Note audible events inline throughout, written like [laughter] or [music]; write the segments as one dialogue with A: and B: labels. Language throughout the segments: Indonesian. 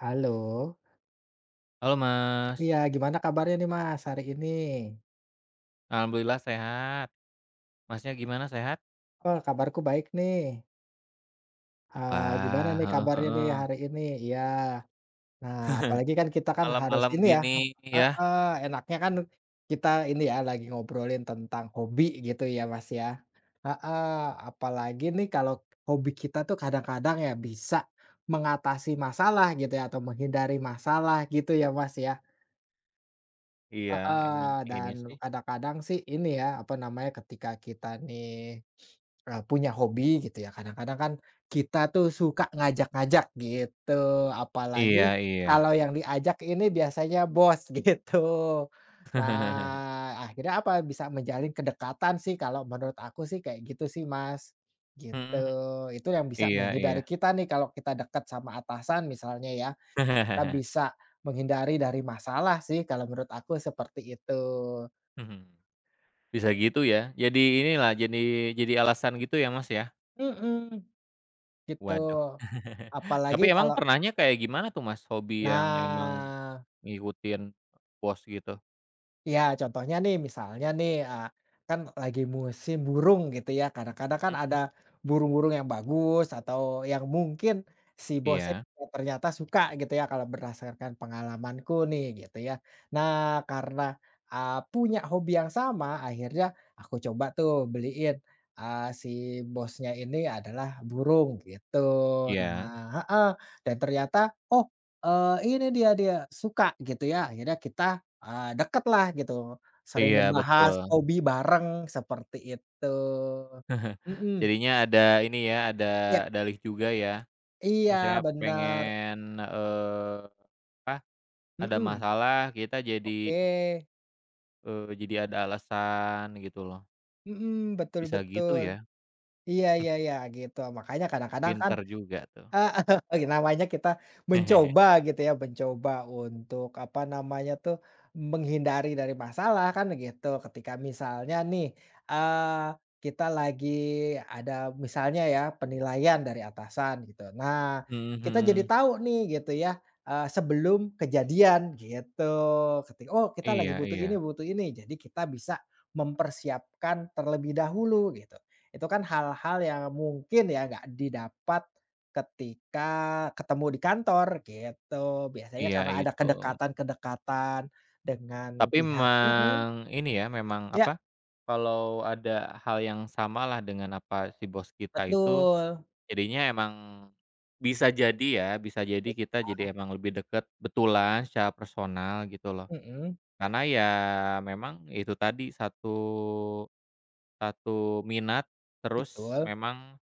A: Halo.
B: Halo Mas,
A: Iya, gimana kabarnya nih, Mas, hari ini?
B: alhamdulillah sehat. Masnya gimana, sehat?
A: Oh, kabarku baik nih. Ah gimana
B: Wah,
A: nih
B: heeh,
A: kabarnya nih
B: heeh.
A: hari ini? Iya. Nah,
B: [laughs]
A: apalagi kan kita kan harus
B: Malam-malam
A: ini ya.
B: gini
A: Eh
B: ya,
A: heeh, enaknya kan kita ini ya lagi ngobrolin tentang hobi gitu ya, Mas, ya. Heeh, apalagi nih kalau hobi kita tuh kadang-kadang ya bisa mengatasi masalah gitu ya atau menghindari masalah gitu ya, Mas, ya.
B: iya, emang
A: Heeh,
B: ini
A: dan
B: sih.
A: kadang-kadang sih ini ya, apa namanya, ketika kita nih, punya hobi gitu ya, kadang-kadang kan kita tuh suka ngajak-ngajak gitu, apalagi
B: Iya, iya.
A: kalau yang diajak ini biasanya bos [laughs] gitu.
B: [laughs]
A: Nah, akhirnya apa, bisa menjalin kedekatan sih kalau menurut aku sih kayak gitu sih, Mas, gitu.
B: Mhm,
A: Itu yang bisa
B: iya, iya.
A: menghindari kita nih kalau kita dekat sama atasan misalnya ya kita
B: [laughs]
A: bisa menghindari dari masalah sih kalau menurut aku seperti itu.
B: Bisa gitu ya, jadi inilah, jadi alasan gitu ya Mas ya?
A: Mhm, gitu.
B: Waduh. [laughs]
A: Apalagi
B: Tapi emang
A: kalau
B: pernahnya kayak gimana tuh Mas, hobi yang emang
A: nah,
B: ngikutin bos gitu?
A: ya, contohnya nih, misalnya nih, kan lagi musim burung gitu ya, kadang-kadang kan ada
B: Mhm,
A: burung-burung yang bagus atau yang mungkin si bosnya
B: iya,
A: ternyata suka gitu ya, kalau berdasarkan pengalamanku nih gitu ya. Nah, karena, punya hobi yang sama, akhirnya aku coba tuh beliin, si bosnya ini adalah burung gitu.
B: iya.
A: Nah heeh, dan ternyata, oh, ini dia dia suka gitu ya, akhirnya kita Eee, lah gitu, sering
B: Iya,
A: membahas
B: betul.
A: hobi bareng seperti itu.
B: [laughs]
A: Mhm,
B: Jadinya ada ini ya, ada
A: iya
B: dalih juga ya.
A: iya
B: Misalnya
A: bener,
B: pengen, eee, apa, ada
A: mhm,
B: masalah kita
A: oke,
B: jadi ada alasan gitu loh.
A: mhm, betul
B: Bisa gitu
A: betul,
B: ya,
A: iya iya iya gitu makanya kadang-kadang kan
B: pinter juga tuh.
A: heeh, [laughs] oke namanya kita
B: [laughs]
A: mencoba gitu ya, mencoba untuk apa namanya tuh, menghindari dari masalah kan gitu. Ketika misalnya nih, eee, kita lagi ada misalnya ya penilaian dari atasan gitu. Nah, kita jadi
B: Mhm.
A: tahu nih gitu ya, sebelum kejadian gitu. Ketika oh kita lagi
B: Iya, iya.
A: butuh ini, jadi kita bisa mempersiapkan terlebih dahulu gitu. Itu kan hal-hal yang mungkin ya nggak didapat ketika ketemu di kantor gitu, biasanya
B: Iya
A: karena ada
B: itu.
A: kedekatan-kedekatan dengan
B: Tapi
A: pihak mhm,
B: memang ini ya, memang
A: ya
B: apa, kalau ada hal yang samalah dengan apa si bos kita itu.
A: betul,
B: Jadinya emang bisa jadi ya, bisa jadi kita jadi emang lebih deket betulan secara personal gitu loh.
A: mhm,
B: Karena ya memang itu tadi satu satu minat, terus
A: betul
B: memang,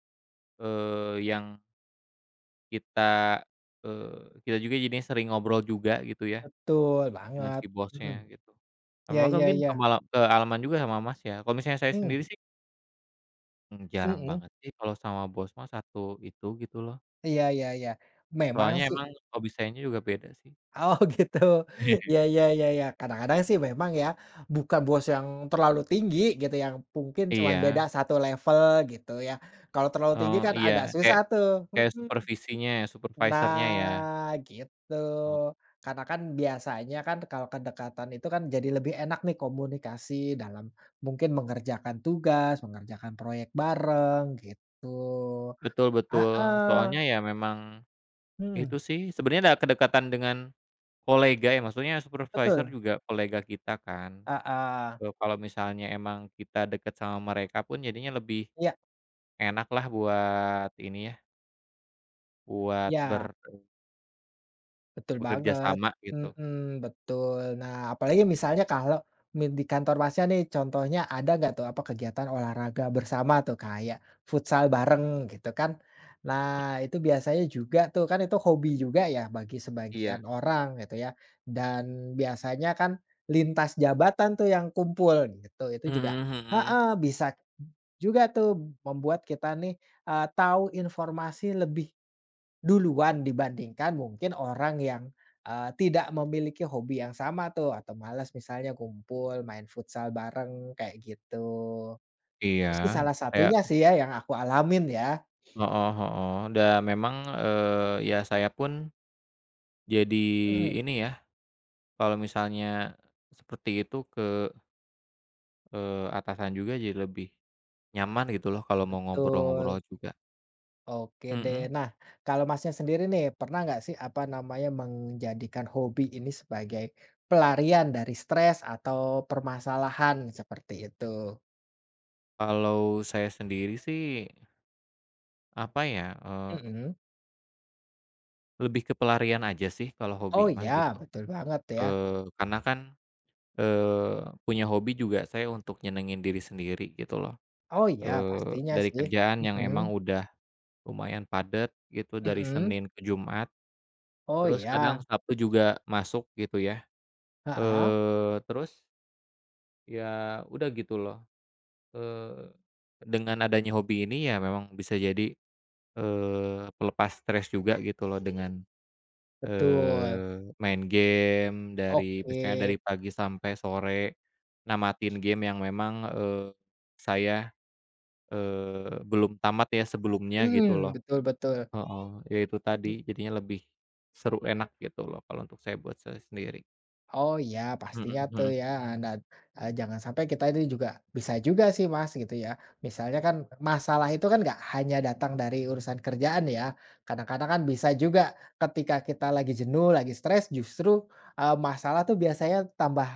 B: eee, yang kita, eee, kita juga jadinya sering ngobrol juga gitu ya
A: betul
B: dengan
A: banget,
B: si
A: mhm,
B: bosnya gitu. Nah,
A: iya
B: memang kan
A: iya
B: mungkin
A: iya,
B: ke malam ke alaman juga sama Mas ya. Kalau misalnya saya sendiri
A: mmm,
B: sih, jarang
A: mhm,
B: banget sih kalau sama bos Mas satu itu gitu loh.
A: iya iya iya, memang
B: Soalnya
A: sih
B: emang
A: [laughs]
B: hobi sayanya juga beda sih.
A: oh gitu,
B: [laughs]
A: iya iya iya iya, kadang-kadang sih memang ya, bukan bos yang terlalu tinggi gitu yang mungkin cuman beda
B: Iya,
A: satu level gitu ya, kalau terlalu tinggi
B: oh,
A: kan
B: iya,
A: agak susah
B: kayak
A: tuh,
B: kayak
A: mhm.
B: supervisinya ya, supervisornya ya.
A: Nah, gitu.
B: Oh,
A: Karena kan biasanya kan kalau kedekatan itu kan jadi lebih enak nih komunikasi dalam mungkin mengerjakan tugas, mengerjakan proyek bareng gitu.
B: betul, betul,
A: Ah,
B: soalnya ya memang
A: mhm,
B: itu sih, sebenarnya ada kedekatan dengan kolega ya, maksudnya supervisor
A: betul,
B: juga kolega kita kan.
A: ah, ah.
B: Kalau misalnya emang kita deket sama mereka pun jadinya lebih
A: Iya
B: enak lah buat ini ya, buat ber
A: iya. Betul
B: bekerja
A: banget,
B: sama gitu.
A: mhm, betul. Nah, apalagi misalnya kalau mi di kantor Masnya nih contohnya ada nggak tuh apa kegiatan olahraga bersama tuh kayak futsal bareng gitu kan. Nah, itu biasanya juga tuh kan itu hobi juga ya bagi
B: Iya.
A: sebagian orang gitu ya, dan biasanya kan lintas jabatan tuh yang kumpul gitu, itu
B: Mhm,
A: juga
B: mhm.
A: heeh, bisa juga tuh membuat kita nih, tahu informasi lebih duluan dibandingkan mungkin orang yang, tidak memiliki hobi yang sama tuh atau malas misalnya kumpul main futsal bareng kayak gitu. Itu sih
B: Iya,
A: salah
B: saya,
A: satunya sih ya yang aku alamin ya.
B: heeh, heeh, dan memang, ya saya pun jadi
A: Mhm,
B: ini ya, kalau misalnya seperti itu ke, atasan juga jadi lebih nyaman gitu loh kalau mau ngobrol-ngobrol
A: betul.
B: juga.
A: Oke deh.
B: Mhm.
A: Nah, kalau Masnya sendiri nih pernah nggak sih apa namanya menjadikan hobi ini sebagai pelarian dari stres atau permasalahan seperti itu?
B: Kalau saya sendiri sih, apa ya,
A: Mhm.
B: lebih ke pelarian aja sih kalau
A: Oh
B: hobi mah
A: ya
B: gitu.
A: betul banget ya.
B: Karena kan, punya hobi juga saya untuk nyenengin diri sendiri gitu loh.
A: Oh ya
B: Eee,
A: pastinya
B: dari
A: sih.
B: kerjaan yang emang
A: Mhm.
B: udah lumayan padat gitu dari
A: Mhm.
B: Senin ke Jumat,
A: Oh
B: terus
A: ya,
B: kadang Sabtu juga masuk gitu ya.
A: heeh,
B: Terus, ya udah gitu loh, eee, dengan adanya hobi ini ya memang bisa jadi, pelepas stres juga gitu loh dengan,
A: betul.
B: main game dari
A: Oke,
B: misalnya dari pagi sampai sore, namatin game yang memang, saya, belum tamat ya sebelumnya gitu
A: mhm,
B: loh,
A: betul betul.
B: heeh, ya itu tadi jadinya lebih seru enak gitu loh kalau untuk saya buat saya sendiri,
A: Oh ya
B: mhm,
A: pastinya tuh
B: mhm,
A: ya, nah, jangan sampai kita ini juga bisa juga sih Mas gitu ya, misalnya kan masalah itu kan nggak hanya datang dari urusan kerjaan ya, kadang-kadang kan bisa juga ketika kita lagi jenuh, lagi stres justru, masalah tuh biasanya tambah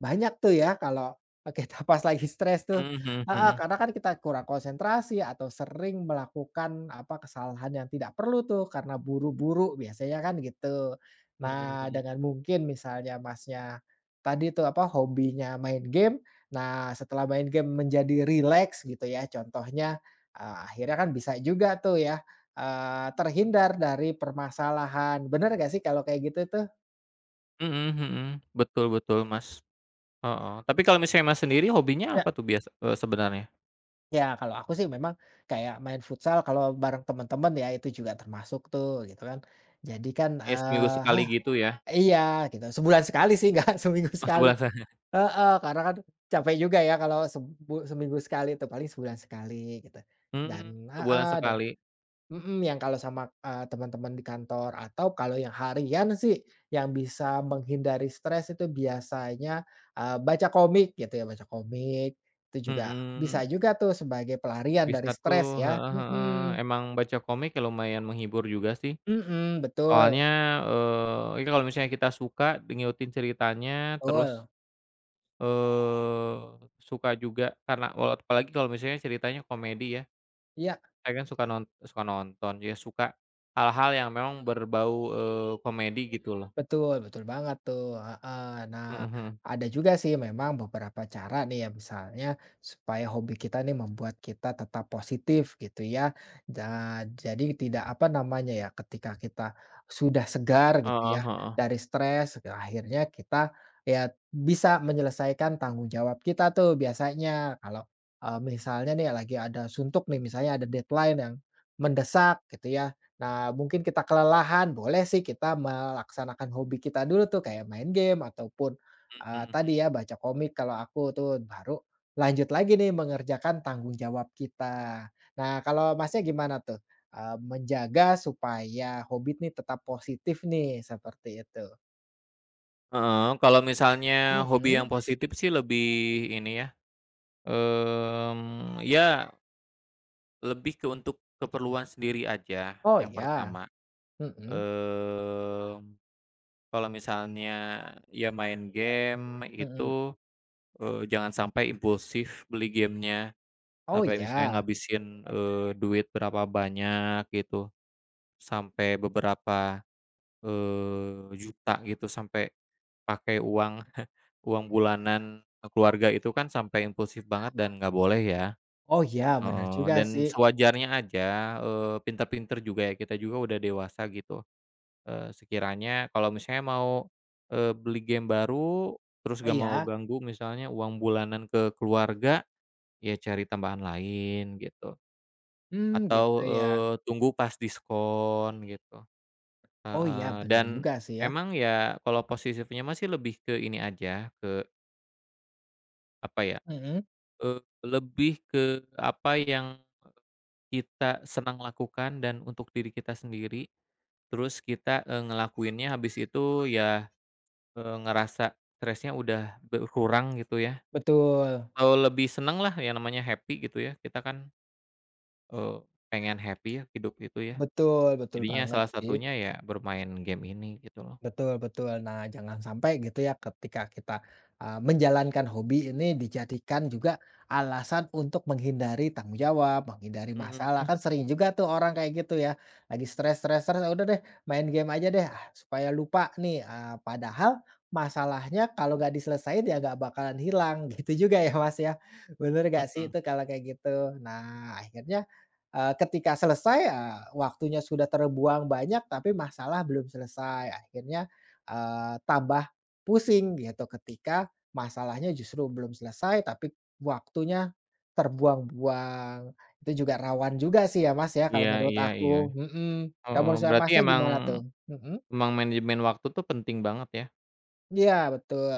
A: banyak tuh ya kalau kita [laughs] pas lagi stres tuh
B: mhm, mhm,
A: heeh,
B: mhm,
A: karena kan kita kurang konsentrasi atau sering melakukan, apa, kesalahan yang tidak perlu tuh karena buru-buru biasanya kan gitu.
B: mhm,
A: Nah,
B: mhm.
A: dengan mungkin misalnya Masnya, tadi tuh apa, hobinya main game, nah setelah main game menjadi rileks gitu ya contohnya, akhirnya kan bisa juga tuh ya, terhindar dari permasalahan. Bener nggak sih kalau kayak gitu tuh?
B: Mhm, mhm, betul, betul, Mas, heeh, tapi kalau misalnya Mas sendiri hobinya
A: Ya.
B: apa tuh biasa sebenarnya?
A: Ya kalau aku sih memang kayak main futsal kalau bareng teman-teman ya itu juga termasuk tuh gitu kan. Jadi kan,
B: Ya seminggu sekali
A: hah
B: gitu ya?
A: iya gitu, sebulan sekali sih nggak [laughs] seminggu
B: Oh,
A: sekali.
B: sebulan sekali?
A: Heeh, karena kan capek juga ya kalau sebu seminggu sekali tuh, paling sebulan sekali gitu. Dan
B: Mmm, [laughs] Sebulan
A: heeh, dan
B: sekali,
A: mhm, yang kalau sama, teman-teman di kantor atau kalau yang harian sih yang bisa menghindari stres itu biasanya, baca komik gitu ya, baca komik. Itu juga bisa
B: mhm,
A: juga tuh sebagai pelarian
B: bisa
A: dari stres
B: tuh,
A: ya.
B: heeh, heeh,
A: Mhm,
B: emang baca komik ya lumayan menghibur juga sih,
A: mhm, betul
B: soalnya, ya kalau misalnya kita suka ngikutin ceritanya
A: betul.
B: terus, eee, suka juga karena walau apalagi kalau misalnya ceritanya komedi ya.
A: Iya.
B: Saya kan suka nonton, ya suka hal-hal yang memang berbau, komedi gitu loh.
A: Betul betul banget tuh, heeh. Nah,
B: Mhm, mhm.
A: ada juga sih memang beberapa cara nih ya, misalnya supaya hobi kita nih membuat kita tetap positif gitu ya. Ja jadi tidak, apa namanya ya, ketika kita sudah segar gitu
B: Heeh,
A: ya
B: heeh.
A: dari stres, akhirnya kita ya bisa menyelesaikan tanggung jawab kita tuh biasanya. Kalau, misalnya nih lagi ada suntuk nih, misalnya ada deadline yang mendesak gitu ya, nah, mungkin kita kelelahan, boleh sih kita melaksanakan hobi kita dulu tuh kayak main game ataupun,
B: Mhm, mhm.
A: tadi ya baca komik kalau aku tuh, baru lanjut lagi nih mengerjakan tanggung jawab kita. Nah, kalau Masnya gimana tuh, menjaga supaya hobi nih tetap positif nih, seperti itu?
B: Heeh, kalau misalnya hobi
A: Mhm.
B: yang positif sih lebih ini ya, ya lebih ke untuk keperluan sendiri aja,
A: Oh
B: yang
A: iya.
B: pertama.
A: Mhm
B: Mmm, kalau misalnya ya main game
A: mhm.
B: itu, jangan sampai impulsif beli gamenya,
A: Oh
B: sampai misalnya
A: ya.
B: ngabisin, duit berapa banyak gitu. Sampai beberapa, juta gitu, sampai pakai uang [laughs] uang bulanan keluarga itu kan sampai impulsif banget dan nggak boleh ya,
A: Oh ya benar
B: heeh,
A: juga
B: dan
A: sih.
B: sewajarnya aja, pinter-pinter juga ya, kita juga udah dewasa gitu, sekiranya kalau misalnya mau, beli game baru, terus gak mau
A: Iya.
B: ganggu misalnya uang bulanan ke keluarga, ya cari tambahan lain gitu,
A: Mmm,
B: atau,
A: gitu ya.
B: tunggu pas diskon gitu.
A: Oh ya
B: Heeh,
A: benar
B: dan
A: juga sih ya.
B: emang ya kalau positifnya masih lebih ke ini aja, ke apa ya,
A: Mhm,
B: eee, lebih ke apa yang kita senang lakukan dan untuk diri kita sendiri, terus kita, ngelakuinnya habis itu ya, ngerasa stresnya udah berkurang gitu ya,
A: betul.
B: atau lebih seneng lah yang namanya happy gitu ya, kita kan, eee, pengen happy ya hidup itu ya,
A: Betul betul
B: jadinya
A: banget
B: salah
A: sih,
B: satunya ya bermain game ini gitu loh.
A: betul betul. Nah, jangan sampai gitu ya ketika kita, menjalankan hobi ini dijadikan juga alasan untuk menghindari tanggung jawab, menghindari
B: Mhm,
A: masalah, kan sering juga tuh orang kayak gitu ya, lagi stres stres stres, "Ah, udah deh main game aja deh, ah, supaya lupa nih," padahal masalahnya kalau nggak diselesain ya nggak bakalan hilang, [laughs] gitu juga ya, Mas, ya? Bener nggak
B: mhm,
A: sih
B: mhm.
A: itu kalau kayak gitu? Nah, akhirnya ketika selesai, waktunya sudah terbuang banyak tapi masalah belum selesai, akhirnya, tambah pusing gitu ketika masalahnya justru belum selesai tapi waktunya terbuang-buang. Itu juga rawan juga sih ya, Mas, ya, kalau
B: Iya,
A: menurut
B: iya, iya.
A: aku, mhm. Kalau
B: Heeh,
A: menurut saya
B: berarti
A: Masnya
B: emang
A: gimana tuh? Mhm,
B: emang manajemen waktu tuh penting banget ya?
A: iya betul.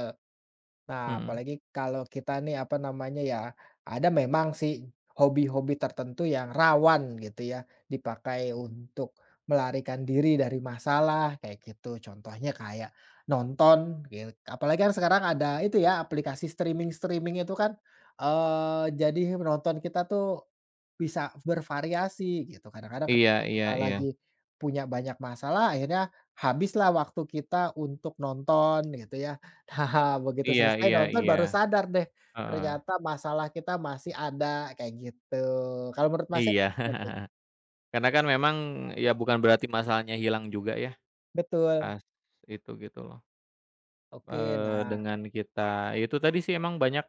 A: Nah,
B: Mhm.
A: apalagi kalau kita nih, apa namanya ya, ada memang sih hobi-hobi tertentu yang rawan gitu ya, dipakai untuk melarikan diri dari masalah kayak gitu. Contohnya kayak nonton gitu. Apalagi kan sekarang ada itu ya, aplikasi streaming-streaming itu kan, jadi menonton kita tuh bisa bervariasi gitu. Kadang-kadang
B: Iya,
A: ketika
B: iya,
A: kita
B: iya.
A: lagi punya banyak masalah, akhirnya habislah waktu kita untuk nonton gitu ya haha begitu
B: Iya,
A: selesai
B: iya,
A: nonton
B: iya.
A: baru sadar deh,
B: Heeh.
A: ternyata masalah kita masih ada, kayak gitu. Kalau menurut Masnya
B: Iya.
A: gimana tuh?
B: [laughs] Karena kan memang ya bukan berarti masalahnya hilang juga ya,
A: Betul.
B: pas itu gitu loh.
A: Oke,
B: Eee,
A: nah
B: dengan kita ya itu tadi sih emang banyak,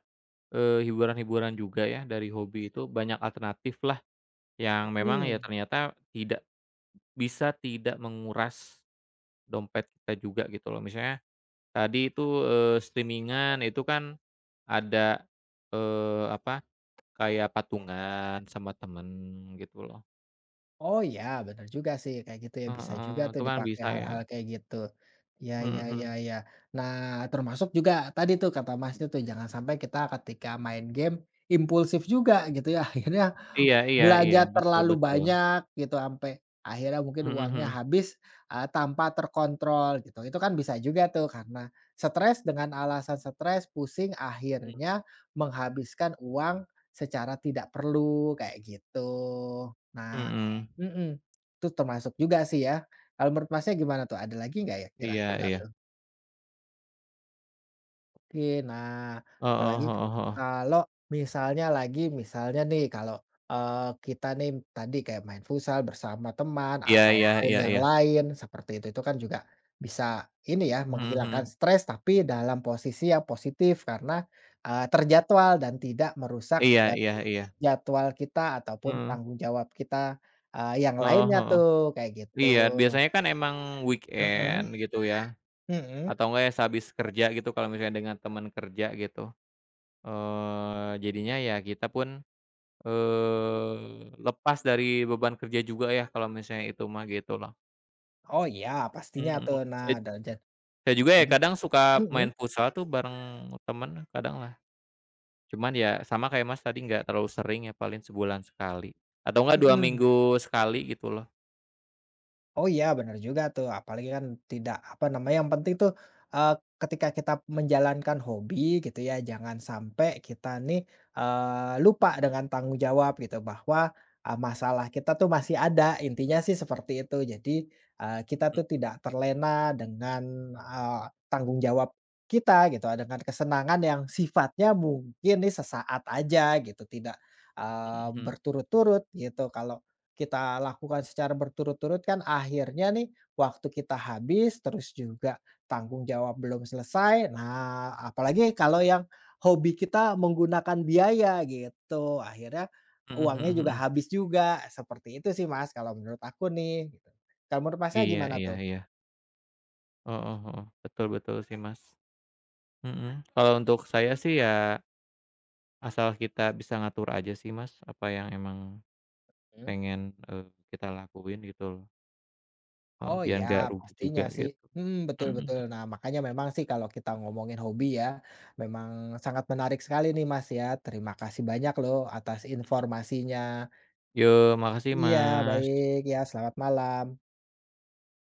B: hiburan-hiburan juga ya dari hobi itu, banyak alternatif lah yang memang ya
A: mhm.
B: ternyata tidak bisa tidak menguras dompet kita juga gitu loh. Misalnya tadi itu, streaming itu kan ada, apa, kayak patungan sama temen gitu loh.
A: Oh ya, bener juga sih, kayak gitu ya, bisa juga
B: Heeh,
A: tuh
B: itu kan
A: dipakai
B: bisa ya.
A: hal-hal kayak gitu. Ya
B: Mhm,
A: ya
B: mhm.
A: ya ya. Nah, termasuk juga tadi tuh kata Masnya tuh, jangan sampai kita ketika main game impulsif juga gitu ya, [laughs] akhirnya
B: Iya, iya, iya,
A: belanja
B: betul,
A: terlalu
B: betul.
A: banyak gitu, sampai akhirnya mungkin
B: Mhm,
A: uangnya
B: mhm.
A: habis, tanpa terkontrol gitu. Itu kan bisa juga tuh karena stres, dengan alasan stres, pusing, akhirnya menghabiskan uang secara tidak perlu, kayak gitu.
B: Mhm,
A: Nah
B: mhm.
A: mhm, itu termasuk juga sih ya. Kalau menurut Masnya gimana tuh, ada lagi nggak ya
B: Iya,
A: kira-kira
B: iya.
A: tuh? Oke, nah
B: Heeh,
A: apalagi
B: heeh, heeh.
A: kalau misalnya lagi misalnya nih kalau, eee, kita nih tadi kayak main futsal bersama teman
B: Iya, iya,
A: ataupun
B: iya,
A: yang
B: iya.
A: lain seperti itu kan juga bisa ini ya
B: Mhm,
A: menghilangkan
B: mhm.
A: stres tapi dalam posisi yang positif karena, terjadwal dan tidak merusak
B: Iya,
A: jad
B: iya, iya.
A: jadwal kita ataupun
B: Heeh.
A: tanggung jawab kita, yang
B: Heeh,
A: lainnya
B: heeh.
A: tuh, kayak gitu.
B: Iya, biasanya kan emang weekend
A: Mhm
B: gitu ya,
A: mhm.
B: atau enggak ya sehabis kerja gitu kalau misalnya dengan teman kerja gitu. Jadinya ya kita pun, lepas dari beban kerja juga ya kalau misalnya itu mah, gitu loh.
A: Oh iya pastinya
B: Mhm.
A: tuh. Nah
B: Saya
A: dan ja
B: saya juga ya
A: jadi
B: kadang suka
A: mhm
B: main futsal tuh bareng temen kadang lah. Cuman ya sama kayak Mas tadi nggak terlalu sering ya paling sebulan sekali atau enggak 2
A: mhm.
B: minggu sekali gitu loh.
A: Oh iya benar juga tuh, apalagi kan tidak apa namanya, yang penting tuh, eee, ketika kita menjalankan hobi gitu ya, jangan sampai kita nih, lupa dengan tanggung jawab gitu bahwa, masalah kita tuh masih ada, intinya sih seperti itu. Jadi, kita
B: Mhm,
A: tuh tidak terlena dengan, eee, tanggung jawab kita gitu, dengan kesenangan yang sifatnya mungkin nih sesaat aja gitu, tidak,
B: mhm,
A: berturut-turut gitu. Kalau kita lakukan secara berturut-turut kan akhirnya nih waktu kita habis, terus juga tanggung jawab belum selesai. Nah, apalagi kalau yang hobi kita menggunakan biaya gitu, akhirnya
B: mhm,
A: uangnya
B: mhm,
A: juga
B: mhm.
A: habis juga, seperti itu sih Mas kalau menurut aku nih gitu. Kalau menurut Masnya
B: Iya,
A: gimana
B: iya,
A: tuh?
B: iya. Heeh, heeh. Betul, betul sih Mas. Mhm. Kalau untuk saya sih ya asal kita bisa ngatur aja sih Mas, apa yang emang
A: Mhm.
B: pengen, eee, kita lakuin gitu loh, heeh,
A: Oh
B: biar
A: ya
B: nggak rugi
A: pastinya
B: juga
A: sih,
B: gitu.
A: mhm, betul
B: Mhm, mhm.
A: betul. Nah makanya memang sih kalau kita ngomongin hobi ya, memang sangat menarik sekali nih Mas ya. Terima kasih banyak loh atas informasinya.
B: Yo, makasih
A: Iya,
B: Mas.
A: baik. Ya, selamat malam.